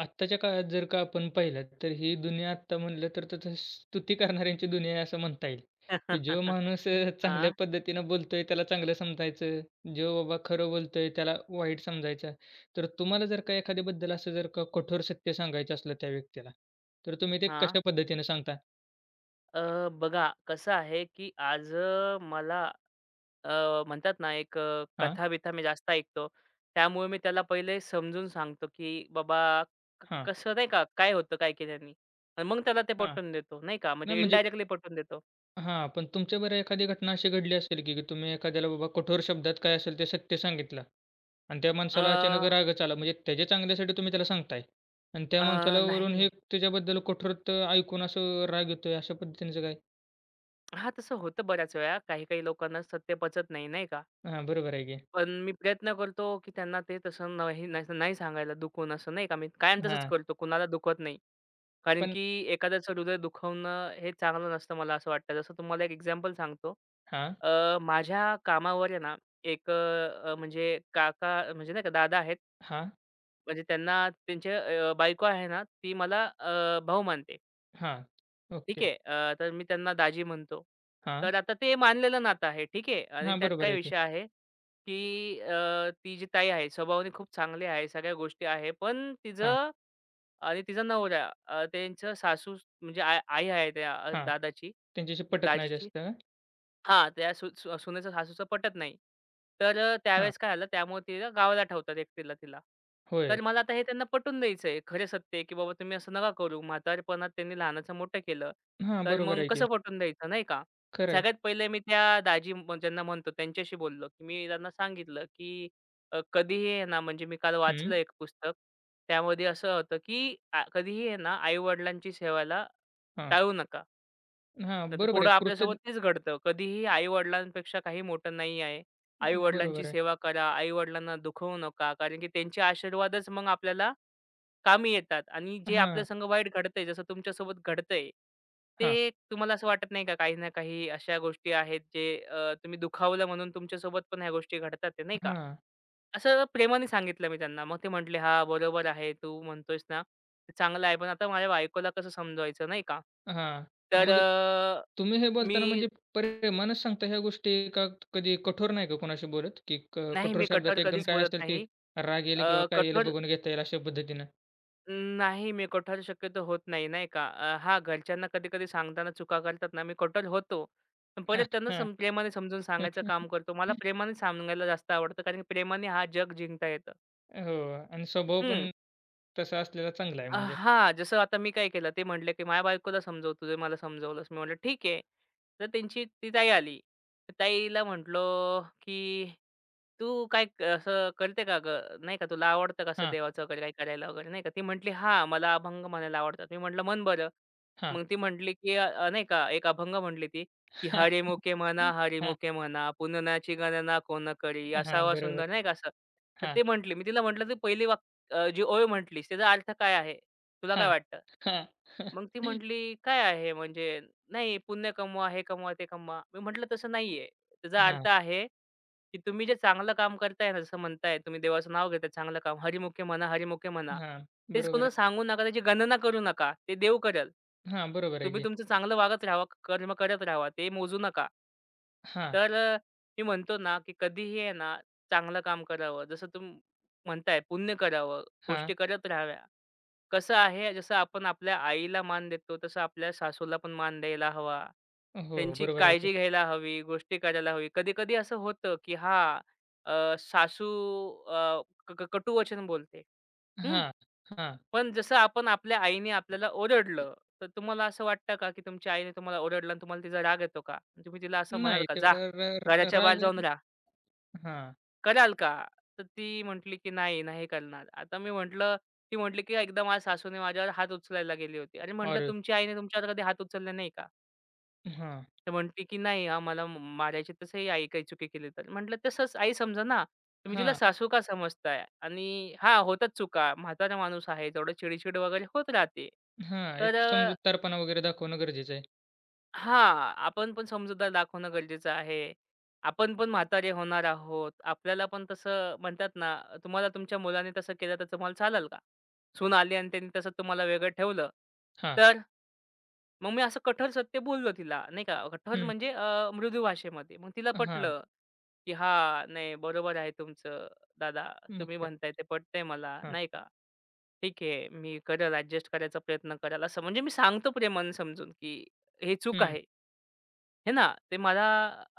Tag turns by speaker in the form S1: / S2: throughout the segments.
S1: आत्ताच्या काळात जर का आपण पाहिलात, तर ही दुनिया आत्ता म्हटलं तर त्याचं स्तुती करणाऱ्यांची दुनिया आहे असं म्हणता येईल, की जो माणूस
S2: हा
S1: चांगल्या पद्धतीनं बोलतोय त्याला चांगलं समजायचं, जो बाबा खरं बोलतोय त्याला वाईट समजायचं. तर तुम्हाला जर का एखाद्याबद्दल असं जर का कठोर सत्य सांगायचं असलं त्या व्यक्तीला, तर तुम्ही ते
S2: हां.
S1: कशा पद्धतीने सांगता?
S2: अ, बघा कसं आहे, की आज मला अ, म्हणतात ना एक
S1: हां,
S2: कथा-बिथा मी जास्त ऐकतो. त्यामुळे मी त्याला पहिले समजून सांगतो, की बाबा
S1: हां,
S2: कसं नाही का, काय होतं काय केल्यानी? आणि मग त्याला ते
S1: हां.
S2: पटवून देतो, नाही का. म्हणजे
S1: नाही म्हणजे
S2: इनडायरेक्टली पटवून देतो.
S1: हां, पण तुमच्याबरोबर एखादी घटना अशी घडली असेल, की की तुम्ही एखाद्याला बाबा कठोर शब्दात काय असेल ते सत्य सांगितलं. आणि त्या
S2: अ,
S1: माणसाला अचानक रागच आला. म्हणजे त्याच्या चांगल्यासाठी तुम्ही त्याला सांगताय आणि त्या
S2: अ,
S1: माणसाला वरून
S2: नाही.
S1: हे त्याच्याबद्दल कठोरत ऐकून असं राग येतोय अशा पद्धतीचं काय?
S2: हां, तसं होतं बऱ्याच वेळा. काही-काही लोकांना सत्य पचत नाही, नाही का.
S1: हां, बरोबर आहे की.
S2: पण मी प्रयत्न करतो, की त्यांना ते तसं नाही नाही नाही सांगायला दुखून असं, नाही का. मी कायम तसंच
S1: हां,
S2: करतो, कुणाला दुखवत नाही. कारण
S1: पण
S2: की एखाद्याचं हृदय दुखवणं हे चांगलं नसतं मला असं वाटतं. जसं तुम्हाला एक एक्झाम्पल सांगतो.
S1: हां,
S2: माझ्या कामावर आहे ना एक म्हणजे काका म्हणजे नाही का दादा आहेत.
S1: हां,
S2: म्हणजे त्यांना त्यांचे बायको आहे ना ती मला भाऊ मानते.
S1: हां.
S2: ठीक
S1: ओके.
S2: आहे. तर मी त्यांना दाजी म्हणतो.
S1: हां,
S2: तर आता ते मानलेलं नातं आहे. ठीक आहे. आणि
S1: हां,
S2: त्यात
S1: बरोबर
S2: काय
S1: आहे की.
S2: विषय आहे, की ती जी ताई आहे स्वभावाने खूप चांगली आहे. सगळ्या गोष्टी आहे. पण
S1: हां,
S2: तिचं आणि तिचा नवरा त्यांचं सासू म्हणजे आई आहे त्या
S1: हां.
S2: दादाची,
S1: त्यांच्याशी पटत नाही
S2: दाजीची.
S1: जास्त.
S2: हां, त्या सु सु सुनेचं सासूचं पटत नाही. तर
S1: हां,
S2: त्यावेळेस काय झालं त्यामुळे तिला गावाला ठेवतात एकटीला तिला.
S1: होय.
S2: तर मला आता हे त्यांना पटवून द्यायचं आहे. खरं सत्य आहे, की बाबा तुम्ही असं नका करू. म्हातारपणात त्यांनी लहानाचं मोठं केलं.
S1: हां,
S2: तर
S1: बरोबर
S2: मग
S1: आहे की.
S2: कसं पटवून द्यायचं नाही का?
S1: खरं आहे.
S2: सगळ्यात पहिले मी त्या ज्यांना म्हणतो त्यांच्याशी बोललो, की मी त्यांना सांगितलं, की कधीही आहे ना म्हणजे मी काल
S1: हं.
S2: वाचलं एक पुस्तक. त्यामध्ये असं होतं, की कधीही आहे ना आई-वडिलांची सेवाला
S1: हां,
S2: टाळू नका.
S1: हां,
S2: नाहीतर
S1: बरोबर
S2: पुढं
S1: आहे.
S2: आपल्यासोबत
S1: कृतज्ञ
S2: तेच घडतं. कधीही आई-वडिलांपेक्षा काही मोठं नाही आहे. आई-वडिलांची
S1: बरोबर आहे.
S2: सेवा करा, आई-वडिलांना दुखवू नका कारण की त्यांचे आशीर्वादच मग आपल्याला कामी येतात आणि जे आपल्या
S1: हां,
S2: संग वाईट घडतंय, जसं तुमच्यासोबत घडतंय,
S1: हां,
S2: ते तुम्हाला असं वाटत नाही का काही ना काही अशा गोष्टी आहेत जे तुम्ही दुखावलं म्हणून तुमच्यासोबत पण ह्या गोष्टी घडतात आहे, नाही का?
S1: हां.
S2: असं प्रेमाने सांगितलं मी त्यांना. मग ते म्हटले, "हां, बरोबर आहे. तू म्हणतोयस ना, ते चांगलं आहे. पण आता माझ्या बायकोला कसं समजवायचं?" नाही का?
S1: हां.
S2: तर
S1: मग तुम्ही हे
S2: मी
S1: बोलताना म्हणजे प्रेमानच सांगता ह्या गोष्टी का कधी कठोर नाही का कोणाशी बोलत? की क
S2: "नाही,
S1: कठोर
S2: मी कठोर
S1: शब्दात एकदम
S2: कधीच
S1: काय
S2: बोलत
S1: असेल ते
S2: नाही.
S1: राग येईल
S2: अ,
S1: किंवा काय येईल
S2: कठोर
S1: बघून घेता येईल अशा पद्धतीनं?
S2: नाही, मी कठोर शक्यतो होत नाही, नाही का. हां, घरच्यांना कधी-कधी सांगताना चुका करतात ना, मी कठोर होतो. पण
S1: हां,
S2: परत त्यांना
S1: हां.
S2: प्रेमाने समजून सांगायचं काम करतो. मला प्रेमाने सांगायला जास्त आवडतं कारण की प्रेमाने हा जग जिंकता येतं.
S1: हो आणि स्वभाव पण तसा असलेला चांगला आहे म्हणजे.
S2: हां, जसं आता मी काय केलं ते म्हटले, की "माझ्या बायकोला समजव, तू मला समजवलंस." मी म्हटलं, "ठीक आहे." तर त्यांची ती ताई आली. तर ताईला म्हटलो, की "तू काय असं करते का गं? नाही का तुला आवडतं का असं
S1: हां,
S2: देवाचं वगैरे काही करायला वगैरे?" नाही का. ती म्हटली, "हां, मला अभंग म्हणायला आवडतात." मी म्हटलं, "म्हण बरं."
S1: हां.
S2: मग ती म्हटली, की अ, अ, नाही का एक अभंग म्हटली ती, की
S1: हां.
S2: "हरिमुखे म्हणा, हरिमुखे म्हणा, पुननाची गणना कोण करी,
S1: हां, हां.
S2: असावा
S1: बरोबर.
S2: सुंदर." नाही का असं. तर
S1: हां,
S2: ते म्हटली. मी तिला म्हटलं, "तू पहिली जी ओळ म्हटलीस त्याचा अर्थ काय आहे?" तुला काय
S1: हां.
S2: वाटतं?
S1: हां.
S2: मग ती म्हटली, "काय आहे म्हणजे नाही पुण्य कमवा, हे कमवा, ते कमवा." मी म्हटलं, "तसं नाहीये. त्याचा अर्थ
S1: हां,
S2: आहे, की तुम्ही जे चांगलं काम करताय ना, जसं म्हणताय तुम्ही देवाचं नाव घेताय चांगलं काम, हरिमुखे म्हणा, हरिमुखे म्हणा.
S1: हां.
S2: तेच
S1: बरोबर
S2: कोणाला
S1: आहे.
S2: सांगू नका, त्याची गणना करू नका. ते देव करेल.
S1: हां, बरोबर आहे
S2: तुम्ही
S1: की.
S2: तुमचं चांगलं वागत राहावा, कर्म करत राहावा. ते मोजू नका."
S1: हां,
S2: तर मी म्हणतो ना, की कधीही आहे ना, चांगलं काम करावं. जसं तुम्ही म्हणताय पुण्य करावं,
S1: हां.
S2: गोष्टी करत राहाव्या. कसं आहे, जसं आपण आपल्या आईला मान देतो, तसं आपल्या सासूला पण मान द्यायला हवा.
S1: हो,
S2: त्यांची
S1: बरोबर आहे की.
S2: काळजी घ्यायला हवी, गोष्टी करायला हवी. कधी-कधी असं होतं, की हां, सासू अ, क क कटुवचन बोलते. हं.
S1: हां, हां.
S2: पण जसं आपण आपल्या आईने आपल्याला ओरडलं, तर तुम्हाला असं वाटतं का, की तुमच्या आईने तुम्हाला ओरडलं आणि तुम्हाला तिचा राग येतो का? तुम्ही तिला असं म्हणाल
S1: नाही
S2: का, "जा,
S1: तेवढा र र
S2: घराच्या बाहेर
S1: राग
S2: जाऊन राहा"?
S1: हां.
S2: कराल का? तर ती म्हटली, की "नाही, नाही करणार." आता मी म्हटलं ती म्हटली, की "एकदा माझ्या सासूने माझ्यावर हात उचलायला गेली होती." अरे म्हटलं,
S1: और
S2: "तुमची आईने तुमच्यावर कधी हात उचलले नाही का?"
S1: हां,
S2: तर म्हटली, की "नाही हां, मला मारायची तसंही आई काही चुकी केली तर." म्हटलं, "तसंच आई समजा ना. तुम्ही तिला
S1: हां,
S2: सासू का समजताय? आणि हां, होतात चुका. म्हातारा माणूस आहे. थोडं चिड वगैरे होत राहते.
S1: हां.
S2: तर
S1: एक समजूतदारपणा वगैरे दाखवणं गरजेचं आहे.
S2: हां, आपण पण समजूतदार दाखवणं गरजेचं आहे. आपण पण म्हातारे होणार आहोत. आपल्याला पण तसं म्हणतात ना, तुम्हाला तुमच्या मुलाने तसं केलं तर तुम्हाला चालेल का? सून आली आणि त्यांनी तसं तुम्हाला वेगळं ठेवलं,
S1: हां,
S2: तर मग मी असं कठोर सत्य बोललो तिला, नाही का. कठोर
S1: हं,
S2: म्हणजे मृदू भाषेमध्ये. मग तिला
S1: हां.
S2: पटलं, की हां, नाही बरोबर आहे तुमचं दादा.
S1: मग
S2: तुम्ही
S1: काय?
S2: म्हणताय ते पटतंय मला,
S1: हां,
S2: नाही का. ठीक आहे. मी करेल ॲडजस्ट करायचा प्रयत्न करेल असं म्हणजे मी सांगतो प्रेमानं समजून, की हे चूक
S1: हं.
S2: आहे. हे ना, ते मला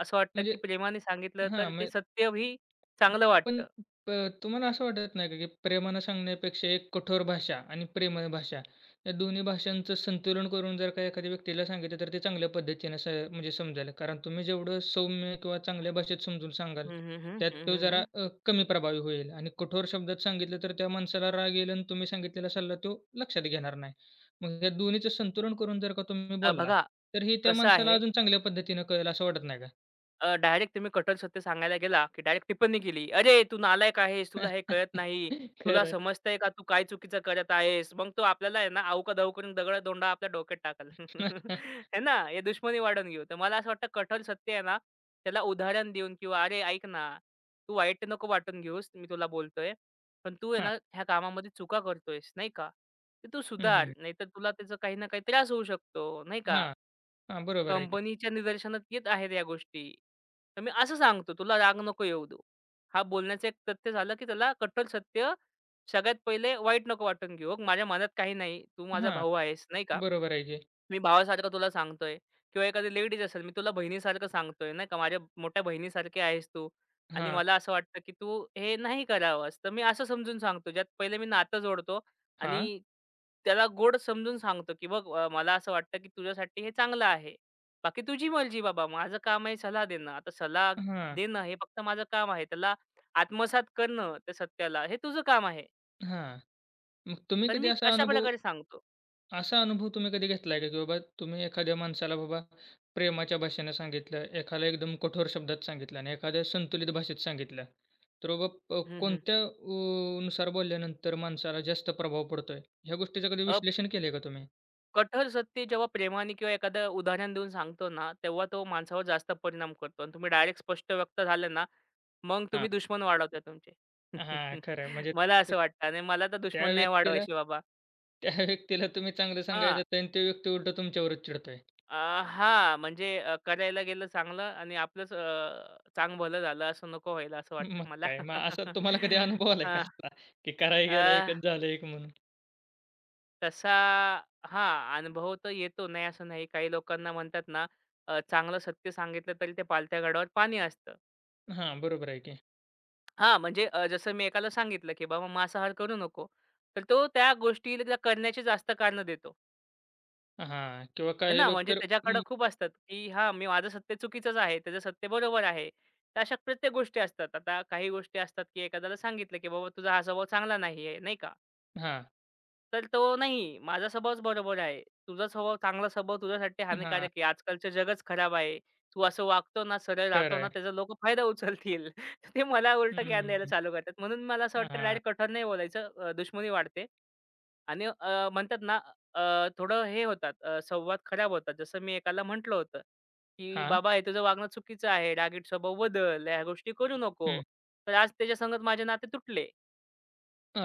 S2: असं वाटतं,
S1: म्हणजे
S2: की प्रेमाने सांगितलं
S1: हां,
S2: तर ते
S1: मग
S2: सत्यही चांगलं
S1: पण
S2: वाटतं.
S1: प तुम्हाला असं वाटत नाही का, की प्रेमानं सांगण्यापेक्षा एक कठोर भाषा आणि प्रेमळ भाषा या दोन्ही भाषांचं संतुलन करून जर का एखाद्या व्यक्तीला सांगितलं तर ते चांगल्या पद्धतीनं म्हणजे समजेल. कारण तुम्ही जेवढं सौम्य किंवा चांगल्या भाषेत समजून सांगाल,
S2: हं, हं, हं.
S1: त्यात
S2: हं,
S1: तो
S2: हं,
S1: जरा
S2: हं.
S1: कमी प्रभावी होईल आणि कठोर शब्दात सांगितलं तर त्या माणसाला राग येईल आणि तुम्ही सांगितलेला सल्ला तो लक्षात घेणार नाही. मग या दोन्हीचं संतुलन करून जर का तुम्ही बोलला,
S2: बघा
S1: तर हे त्या
S2: कसं
S1: माणसाला
S2: आहे,
S1: अजून चांगल्या पद्धतीनं कळेल असं वाटत नाही का?
S2: डायरेक्ट तुम्ही कठोर सत्य सांगायला गेला, की डायरेक्ट टिप्पणी केली. "अरे, तू नालायक आहेस, तुला हे कळत नाही. तुला
S1: खरं आहे.
S2: समजतंय का तू काय चुकीचं करत आहेस?" मग तो आपल्याला आहे ना अवका-दवका करून दगडा-धोंडा आपल्या डोक्यात टाकल. आहे ना, हे दुश्मनी वाढवून घेऊ. तर मला असं वाटतं कठोर सत्य आहे ना, त्याला उदाहरण देऊन किंवा "अरे, ऐक ना, तू वाईट नको वाटून घेऊस. मी तुला बोलतोय. पण तू आहे ना,
S1: हां.
S2: ह्या कामामध्ये चुका करतोयस, नाही का? तर तू
S1: हं,
S2: सुधार.
S1: हं.
S2: नाहीतर तुला त्याचा काही ना काही त्रास होऊ शकतो, नाही का?"
S1: हां, हां, बरोबर आहे की.
S2: कंपनीच्या निदर्शनात येत आहेत या गोष्टी. तर मी असं सांगतो, "तुला राग नको येऊ देऊ." हा बोलण्याचं एक तथ्य झालं, की त्याला कठोर सत्य सगळ्यात पहिले वाईट नको वाटून घेऊ. "बघ माझ्या मनात काही नाही. तू माझा
S1: हां,
S2: भाऊ आहेस." नाही का?
S1: बरोबर आहे की.
S2: मी भावासारखं तुला सांगतोय किंवा एखादी लेडीज असेल, मी तुला बहिणीसारखं सांगतोय, नाही का. माझ्या मोठ्या बहिणीसारखी आहेस तू आणि
S1: हां,
S2: मला असं वाटतं, की तू हे नाही करावंस. तर मी असं समजून सांगतो, ज्यात पहिले मी नातं जोडतो
S1: हां,
S2: आणि त्याला गोड समजून सांगतो, की बघ मला असं वाटतं, की तुझ्यासाठी हे चांगलं आहे. बाकी तुझी मर्जी बाबा. माझं काम आहे सलाह देणं. आता सलाह
S1: हां,
S2: देणं हे फक्त माझं काम आहे. त्याला आत्मसात करणं त्या सत्याला, हे तुझं काम आहे.
S1: हां. मग तुम्ही
S2: तर
S1: कधी
S2: मी
S1: असा
S2: अशा
S1: अनुभव
S2: प्रकारे सांगतो.
S1: असा अनुभव तुम्ही कधी घेतलाय का, की बाबा तुम्ही एखाद्या माणसाला बाबा प्रेमाच्या भाषेनं सांगितलं, एखाद्याला एकदम कठोर शब्दात सांगितलं आणि एखाद्या संतुलित भाषेत सांगितलं. तर बाबा
S2: हं, हं.
S1: कोणत्या नुसार बोलल्यानंतर माणसाला जास्त प्रभाव पडतोय? ह्या गोष्टीचं कधी विश्लेषण केलंय का तुम्ही?
S2: कठोर सत्य जेव्हा प्रेमाने किंवा एखादं उदाहरण देऊन सांगतो ना, तेव्हा तो माणसावर जास्त परिणाम करतो आणि तुम्ही डायरेक्ट स्पष्ट व्यक्त झाले ना, मग
S1: हां.
S2: तुम्ही दुश्मन वाढवताय तुमचे.
S1: हां, खरं आहे. म्हणजे
S2: मला
S1: त
S2: असं वाटतं आणि मला तर
S1: त्या
S2: दुश्मन नाही
S1: व्यक्तीला
S2: वाढवायचे बाबा.
S1: त्या व्यक्तीला तुम्ही चांगलं
S2: हां.
S1: सांगायचं आणि तो व्यक्ती उलटा तुमच्यावरच चिडतोय.
S2: अ, हां, म्हणजे करायला गेलं चांगलं आणि आपलंच चांगभलं झालं असं नको व्हायला असं
S1: मग
S2: वाटतं मला.
S1: काय? मग असा तुम्हाला कधी अनुभव आलाय का
S2: हां.
S1: असा, की कराय गेला एक आणि झालं एक म्हणून?
S2: तसा हां, अनुभव तर येतो, नाही असं नाही. काही लोकांना म्हणतात ना, चांगलं सत्य सांगितलं तरी त्या पालथ्या गडावर पाणी असतं.
S1: हां, बरोबर आहे की.
S2: हां, म्हणजे जसं मी एकाला सांगितलं, की "बाबा मांसाहार करू नको." तर तो त्या गोष्टीला करण्याची जास्त कारणं देतो.
S1: हां, किंवा
S2: आहे
S1: काही
S2: ना,
S1: लोक
S2: म्हणजे
S1: तर
S2: त्याच्याकडं खूप असतात, की हां, मी माझं सत्य चुकीचंच आहे, त्याचं सत्य बरोबर आहे. तर अशा प्रत्येक गोष्टी असतात. आता काही गोष्टी असतात, की एखाद्याला सांगितलं, की "बाबा तुझा हा स्वभाव चांगला नाही आहे." नाही का?
S1: हां,
S2: तर तो नाही, माझा स्वभावच बरोबर आहे. तुझा स्वभाव चांगला स्वभाव तुझ्यासाठी
S1: हां,
S2: हानिकारक आहे. आजकालचं जगच खराब आहे. तू असं वागतो ना, सरळ
S1: खरं
S2: राहतो ना,
S1: आहे.
S2: त्याचा लोकं फायदा उचलतील. ते मला उलटं ज्ञान द्यायला
S1: हं,
S2: चालू करतात. म्हणून मला असं वाटतं
S1: हां,
S2: डायरेक्ट कठोर नाही बोलायचं. दुश्मनी वाढते आणि म्हणतात ना अ, थोडं हे होतात संवाद खराब होतात. जसं मी एकाला म्हटलं होतं, की
S1: हां,
S2: "बाबा हे तुझं वागणं चुकीचं आहे. रागीट स्वभाव बदल. ह्या गोष्टी करू नको."
S1: हं.
S2: तर आज त्याच्यासंगत माझे नाते तुटले.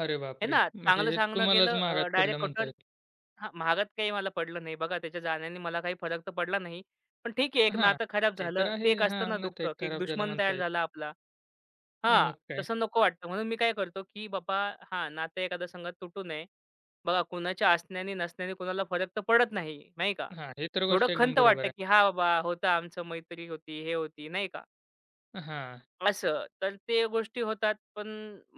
S1: अरे
S2: हे
S1: बापरे!
S2: ना,
S1: म्हणजे
S2: चांगलं
S1: हे
S2: सांगणं
S1: तुम्हालाच
S2: गेलं
S1: महागात पडलं
S2: डायरेक्ट
S1: म्हणता
S2: कठोर
S1: येईल.
S2: हां, महागात काही मला पडलं नाही. बघा त्याच्या जाण्याने मला काही फरक तर पडला नाही. पण ठीक आहे एक
S1: हां,
S2: नातं खराब
S1: ते तर
S2: झालं. ते
S1: आहे.
S2: एक
S1: हां,
S2: असतं ना दुःख,
S1: नातं
S2: की एक
S1: खराब झालं
S2: दुश्मन
S1: म्हणता
S2: तयार
S1: येईल.
S2: झाला आपला. हां,
S1: मग काय?
S2: तसं नको वाटतं. म्हणून मी काय करतो, की बाबा हां, नातं एखाद्या संगत तुटू नये. बघा कुणाच्या असण्याने नसण्याने कुणाला फरक तर पडत नाही, नाही का?
S1: हां, हे तर
S2: थोडं
S1: गोष्ट एकदम
S2: खंत
S1: बरोबर
S2: वाटतं,
S1: आहे.
S2: की हां, बाबा होतं आमचं मैत्री होती, हे होती, नाही का?
S1: हां.
S2: असं. तर ते गोष्टी होतात. पण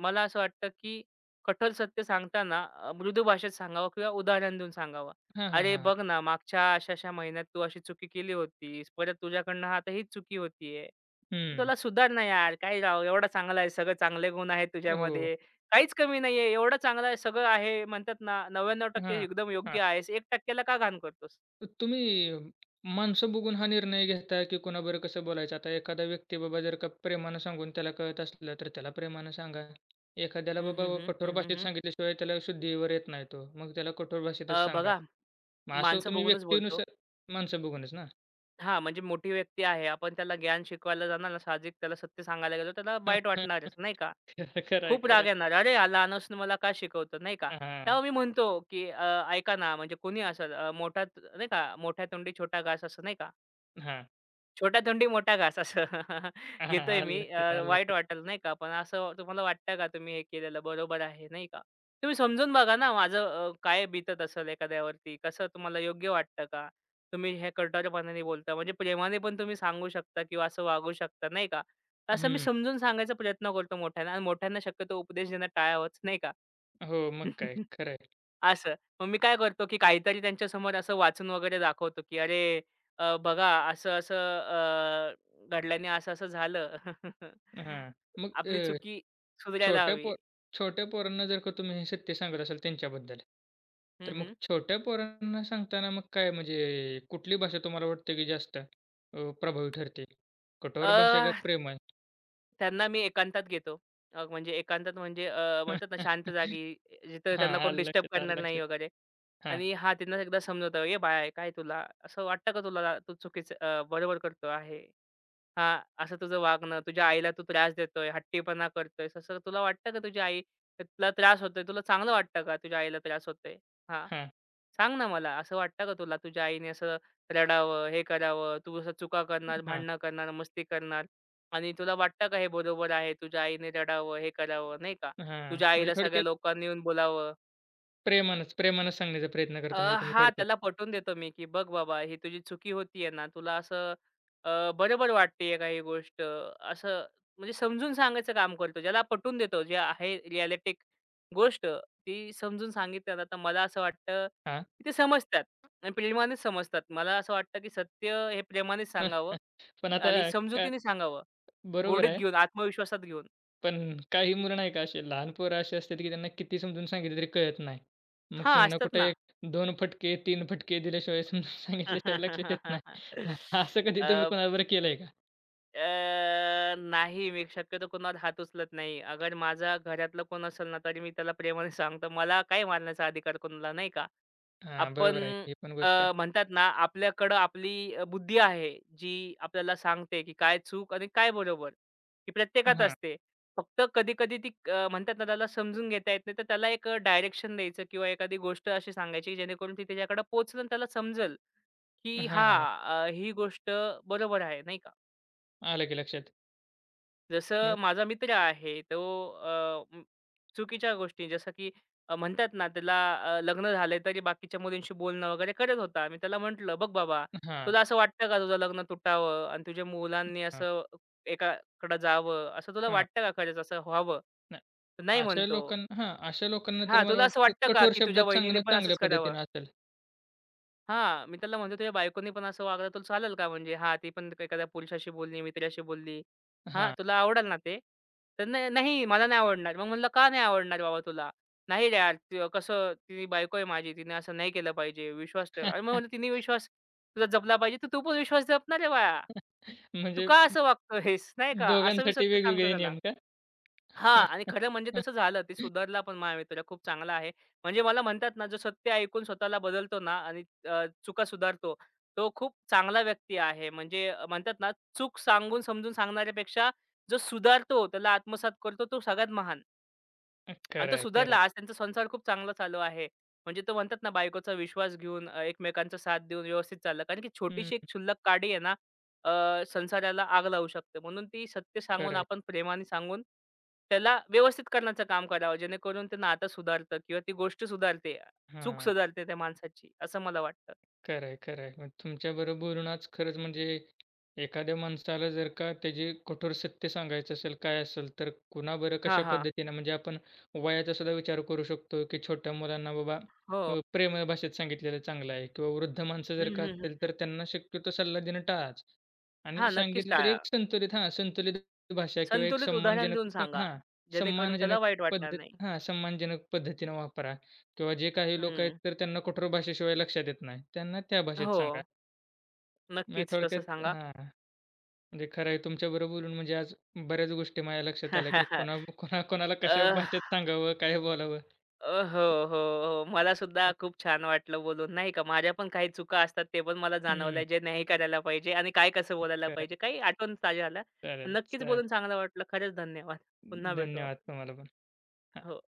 S2: मला असं वाटतं, की कठोर सत्य सांगताना मृदू भाषेत सांगावं किंवा उदाहरण देऊन सांगावं.
S1: हां, हां,
S2: "अरे
S1: हां, हां.
S2: बघ ना, मागच्या अशा-अशा महिन्यात तू अशी चुकी केली होतीस. परत तुझ्याकडनं आता ही चुकी होतीये.
S1: हं.
S2: तुला सुधार ना यार. काय राव एवढा चांगला आहे. सगळे चांगले गुण आहेत
S1: हो.
S2: तुझ्यामध्ये. काहीच कमी नाहीये. एवढा चांगला आहे. सगळं आहे." म्हणतात ना, "99%
S1: हां,
S2: एकदम
S1: हां.
S2: योग्य आहेस. 1% ला का घाण करतोस?"
S1: तर तुम्ही माणसं बघून हा निर्णय घेता, की कोणाबरोबर कसं बोलायचं? आता एखादा व्यक्ती बाबा जर का प्रेमानं सांगून त्याला कळत असलं, तर त्याला प्रेमानं सांगा. एखाद्याला
S2: हं, हं,
S1: बाबा
S2: हं.
S1: कठोर
S2: हं,
S1: भाषेत
S2: हं,
S1: सांगितल्याशिवाय त्याला शुद्धीवर येत नाही तो. मग त्याला कठोर भाषेतच सांगा.
S2: बघा
S1: मग असं
S2: माणसं
S1: तुम्ही
S2: बघूनच बोलतो.
S1: व्यक्तीनुसार माणसं बघूनच ना?
S2: हां, म्हणजे मोठी व्यक्ती आहे. आपण त्याला ज्ञान शिकवायला जाणार ना, साहजिक त्याला सत्य सांगायला गेलो, त्याला वाईट वाटणारच, नाही का?
S1: खरं, खरं आहे,
S2: खूप
S1: खरं
S2: राग
S1: आहे.
S2: येणार, "अरे, हा लहान असून मला का शिकवतो?" नाही का?
S1: हां,
S2: तेव्हा मी म्हणतो, की ऐका ना, म्हणजे कोणी असेल मोठा नाही का, मोठ्या तोंडी छोटा घास" असं नाही का?
S1: हां.
S2: छोटा तोंडी मोठा घास असं
S1: हां, हां.
S2: घेतोय
S1: आलं
S2: मी.
S1: लक्षात, आलं
S2: वाईट
S1: लक्षात.
S2: वाटेल नाही का? पण असं तुम्हाला वाटतं का तुम्ही हे केलेलं बरोबर आहे, नाही का? तुम्ही समजून बघा ना माझं काय बीतत असेल एखाद्यावरती. कसं तुम्हाला योग्य वाटतं का? तुम्ही हे कठोरपणाने बोलता म्हणजे प्रेमाने पण तुम्ही सांगू शकता किंवा असं वागू शकता, नाही का? असं मी
S1: हं.
S2: समजून सांगायचा प्रयत्न करतो मोठ्यांना आणि मोठ्यांना शक्यतो उपदेश देणं टाळावंच, नाही का?
S1: हो, मग काय. खरं आहे.
S2: असं. मग मी काय करतो, की काहीतरी त्यांच्यासमोर असं वाचून वगैरे दाखवतो, की "अरे, बघा असं-असं घडल्याने असं-असं झालं."
S1: हां. मग
S2: आपली चुकी सुधारायला
S1: छोट्या
S2: हवी.
S1: पो छोट्या पोरांना जर का तुम्ही हे सत्य सांगत असाल त्यांच्याबद्दल, तर
S2: हं,
S1: मग
S2: हं.
S1: छोट्या पोरांना सांगताना मग काय म्हणजे कुठली भाषा तुम्हाला वाटते की जास्त प्रभावी ठरते?
S2: अ,
S1: कठोर भाषा का प्रेमळ?
S2: त्यांना मी एकांतात घेतो. म्हणजे एकांतात म्हणजे म्हणतात ना शांत जागी, जिथं
S1: हां,
S2: त्यांना कोण
S1: आलं
S2: डिस्टर्ब
S1: लक्षात, आलं
S2: करणार नाही
S1: लक्षात.
S2: वगैरे.
S1: हां,
S2: आणि हां, त्यांना एकदा समजवतो, "ए बाळा, काय तुला असं वाटतं का तुला तू चुकीचं बरोबर करतो आहे?" हां, असं तुझं वागणं, तुझ्या आईला तू त्रास देतोय, हट्टीपणा करतोयस, असं तुला वाटतं का तुझी आई तुला त्रास होतोय? तुला चांगलं वाटतं का तुझ्या आईला त्रास होतोय? हां,
S1: हां,
S2: सांग ना मला. असं वाटतं का तुला तुझ्या आईने असं रडावं, हे करावं, तू असं चुका करणार,
S1: हां,
S2: भांडणं करणार, मस्ती करणार आणि तुला वाटतं का हे बरोबर आहे? तुझ्या आईने रडावं, हे करावं, नाही का?
S1: हां.
S2: तुझ्या
S1: म्हणजे
S2: आईला सगळ्या
S1: थोडक्यात
S2: लोकांनी येऊन बोलावं.
S1: प्रेमानंच, प्रेमानं सांगण्याचा प्रयत्न करता म्हणजे तुम्ही
S2: हां,
S1: थोडक्यात.
S2: त्याला पटवून देतो मी, की "बघ बाबा ही तुझी चुकी होतीये ना, तुला असं बरोबर वाटतेय का ही गोष्ट?" असं म्हणजे समजून सांगायचं काम करतो. ज्याला पटवून देतो, जे आहे रिअलिस्टिक गोष्ट ती समजून सांगितली ना, तर मला असं वाटतं,
S1: हां.
S2: की ते समजतात आणि प्रेमानेच समजतात. मला असं वाटतं, की सत्य हे प्रेमानेच सांगावं
S1: पण आता
S2: आणि
S1: काय
S2: समजुतीने सांगावं.
S1: बरोबर
S2: गोडीत
S1: आहे.
S2: घेऊन, आत्मविश्वासात घेऊन.
S1: पण काही मुलं नाही का असे लहान पोरं अशी असतात, की त्यांना किती समजून सांगितलं तरी कळत नाही. मग
S2: हां,
S1: त्यांना
S2: असतात
S1: कुठे
S2: ना.
S1: एक दोन फटके, तीन फटके दिल्याशिवाय समजून सांगितल्याशिवाय लक्षात येत नाही. मग असं कधी तुम्ही
S2: अ,
S1: कोणाबरोबर केलंय का?
S2: अ, नाही मी शक्यतो कोणावर हात उचलत नाही. अगर माझा घरातलं कोण असेल ना, तरी मी त्याला प्रेमाने सांगतो. मला काय मारण्याचा अधिकार कोणाला नाही का?
S1: हां,
S2: आपण
S1: बरोबर आहे. ही पण
S2: अ,
S1: गोष्ट.
S2: म्हणतात ना, आपल्याकडं आपली बुद्धी आहे, जी आपल्याला सांगते, की काय चूक आणि काय बरोबर, ही प्रत्येकात
S1: हां.
S2: असते. फक्त कधी-कधी ती म्हणतात ना, त्याला समजून घेता येत नाही, तर त्याला एक डायरेक्शन द्यायचं किंवा एखादी गोष्ट अशी सांगायची, जेणेकरून ती त्याच्याकडे पोहोचलं आणि त्याला समजेल,
S1: हां,
S2: की
S1: हां, हां.
S2: हां, ही गोष्ट बरोबर आहे, नाही का?
S1: आलं की लक्षात.
S2: जसं
S1: मग
S2: माझा मित्र आहे तो अ, म, चुकीच्या गोष्टी जसं की म्हणतात ना त्याला लग्न झालंय तरी बाकीच्या मुलींशी बोलणं वगैरे करत होता. मी त्याला म्हटलं, "बघ बाबा,
S1: हां,
S2: तुला असं वाटतं का तुझं लग्न तुटावं आणि तुझ्या मुलांनी
S1: हां,
S2: असं एकाकडं जावं, असं तुला
S1: हां.
S2: वाटतं का खरंच असं व्हावं?"
S1: नाही
S2: तर "नाही"
S1: अशा
S2: म्हणतो.
S1: लोकांना हां, अशा लोकांना तर
S2: "हां,
S1: मला
S2: तुला असं
S1: वाटतं
S2: वाटतं का
S1: कठोर
S2: की तुझ्या
S1: शब्दात
S2: वहिनीने
S1: सांगणं
S2: पण असंच
S1: चांगल्या
S2: करावं?"
S1: पद्धतीनं असेल.
S2: हां, मी त्याला म्हणतो, "तुझ्या बायकोनी पण असं वागलं तर चालेल का?" म्हणजे हां, ती पण एखाद्या पुरुषाशी बोलली, मित्राशी बोलली. "हां,
S1: हां.
S2: तुला आवडेल ना ते?" तर "नाही, नाही मला नाही आवडणार." मग म्हणलं, "का नाही आवडणार बाबा तुला?" "नाही रे यार, त कसं ती बायको आहे माझी, तिने असं नाही केलं पाहिजे, विश्वास ठेव." अरे, मग म्हणलं, "तिने विश्वास तुझा जपला पाहिजे, तर तू पण विश्वास जप ना रे तू
S1: म्हणजे
S2: का असं वागतोयस?" नाही का, असं मी
S1: दोघांसाठी
S2: सत्य सांगतो
S1: वेगवेगळे
S2: त्याला.
S1: नियम का?
S2: हां. आणि खरं म्हणजे तसं झालं. ते सुधारला पण माझा मित्र खूप चांगला आहे. म्हणजे मला म्हणतात ना, जो सत्य ऐकून स्वतःला बदलतो ना आणि चुका सुधारतो, तो खूप चांगला व्यक्ती आहे. म्हणजे म्हणतात ना, चूक सांगून समजून सांगणाऱ्यापेक्षा जो सुधारतो, त्याला आत्मसात करतो, तो सगळ्यात महान. आणि
S1: खरं
S2: तो
S1: आहे, खरं
S2: सुधारला.
S1: आहे.
S2: आज त्यांचा संसार खूप चांगला चालू आहे. म्हणजे तो म्हणतात ना, बायकोचा विश्वास घेऊन एकमेकांचा साथ देऊन व्यवस्थित चाललं. कारण की
S1: हं,
S2: छोटीशी एक क्षुल्लक काडी आहे ना, संसाराला आग लावू शकते. म्हणून ती सत्य
S1: खरं
S2: सांगून,
S1: आहे.
S2: आपण प्रेमाने सांगून, त्याला व्यवस्थित करण्याचं काम करावं. जेणेकरून ते नातं सुधारतं किंवा ती गोष्ट सुधारते. चूक
S1: हां.
S2: सुधारते त्या माणसाची, असं मला वाटतं.
S1: खरं आहे, खरं आहे. मग तुमच्याबरोबर बोलून आज खरंच म्हणजे एखाद्या माणसाला जर का त्याची कठोर सत्य सांगायचं असेल, काय असेल, तर कुणा बरं
S2: हां,
S1: कशा
S2: हां.
S1: पद्धतीनं म्हणजे आपण वयाचा सुद्धा विचार करू शकतो, की छोट्या मुलांना बाबा
S2: हो.
S1: प्रेम भाषेत सांगितलेलं चांगलं आहे किंवा वृद्ध माणसं
S2: हं,
S1: जर का
S2: हं, हं,
S1: असतील,
S2: हं.
S1: तर त्यांना शक्यतो सल्ला देणं टाळाच. आणि
S2: हां, नक्कीच
S1: सांगितलं तरी
S2: टाळा.
S1: एक संतुलित हां, संतुलित भाषा किंवा एक
S2: संतुलित उदाहरण देऊन
S1: सन्मानजनक
S2: सांगा.
S1: हां,
S2: जेणेकरून त्याला
S1: सन्मानजनक
S2: वाईट वाटणार
S1: पद्धत
S2: नाही.
S1: हां, सन्मानजनक पद्धतीनं वापरा. किंवा जे काही लोकं आहेत,
S2: हं.
S1: तर त्यांना कठोर भाषेशिवाय लक्षात येत नाही. त्यांना त्या भाषेत
S2: हो.
S1: सांगा. म्हणजे
S2: नक्कीच तसं
S1: थोडक्यात
S2: सांगा.
S1: हां, म्हणजे खरं आहे तुमच्याबरोबर बोलून म्हणजे आज बऱ्याच गोष्टी माझ्या लक्षात आल्या, की कोणा कोणा कोणाला कशा
S2: अ,
S1: भाषेत सांगावं, काय बोलावं.
S2: हो, हो, हो. मला सुद्धा खूप छान वाटलं बोलून, नाही का. माझ्या पण काही चुका असतात, ते पण मला
S1: हं,
S2: जाणवलंय, जे नाही करायला पाहिजे आणि काय कसं बोलायला
S1: खरं
S2: पाहिजे.
S1: आहे.
S2: काही आठवण ताज्या आल्या.
S1: चालेल,
S2: नक्कीच
S1: चालेल.
S2: बोलून चांगलं वाटलं. खरंच धन्यवाद. पुन्हा भेटू
S1: धन्यवाद
S2: आपण.
S1: तुम्हाला पण.
S2: हो.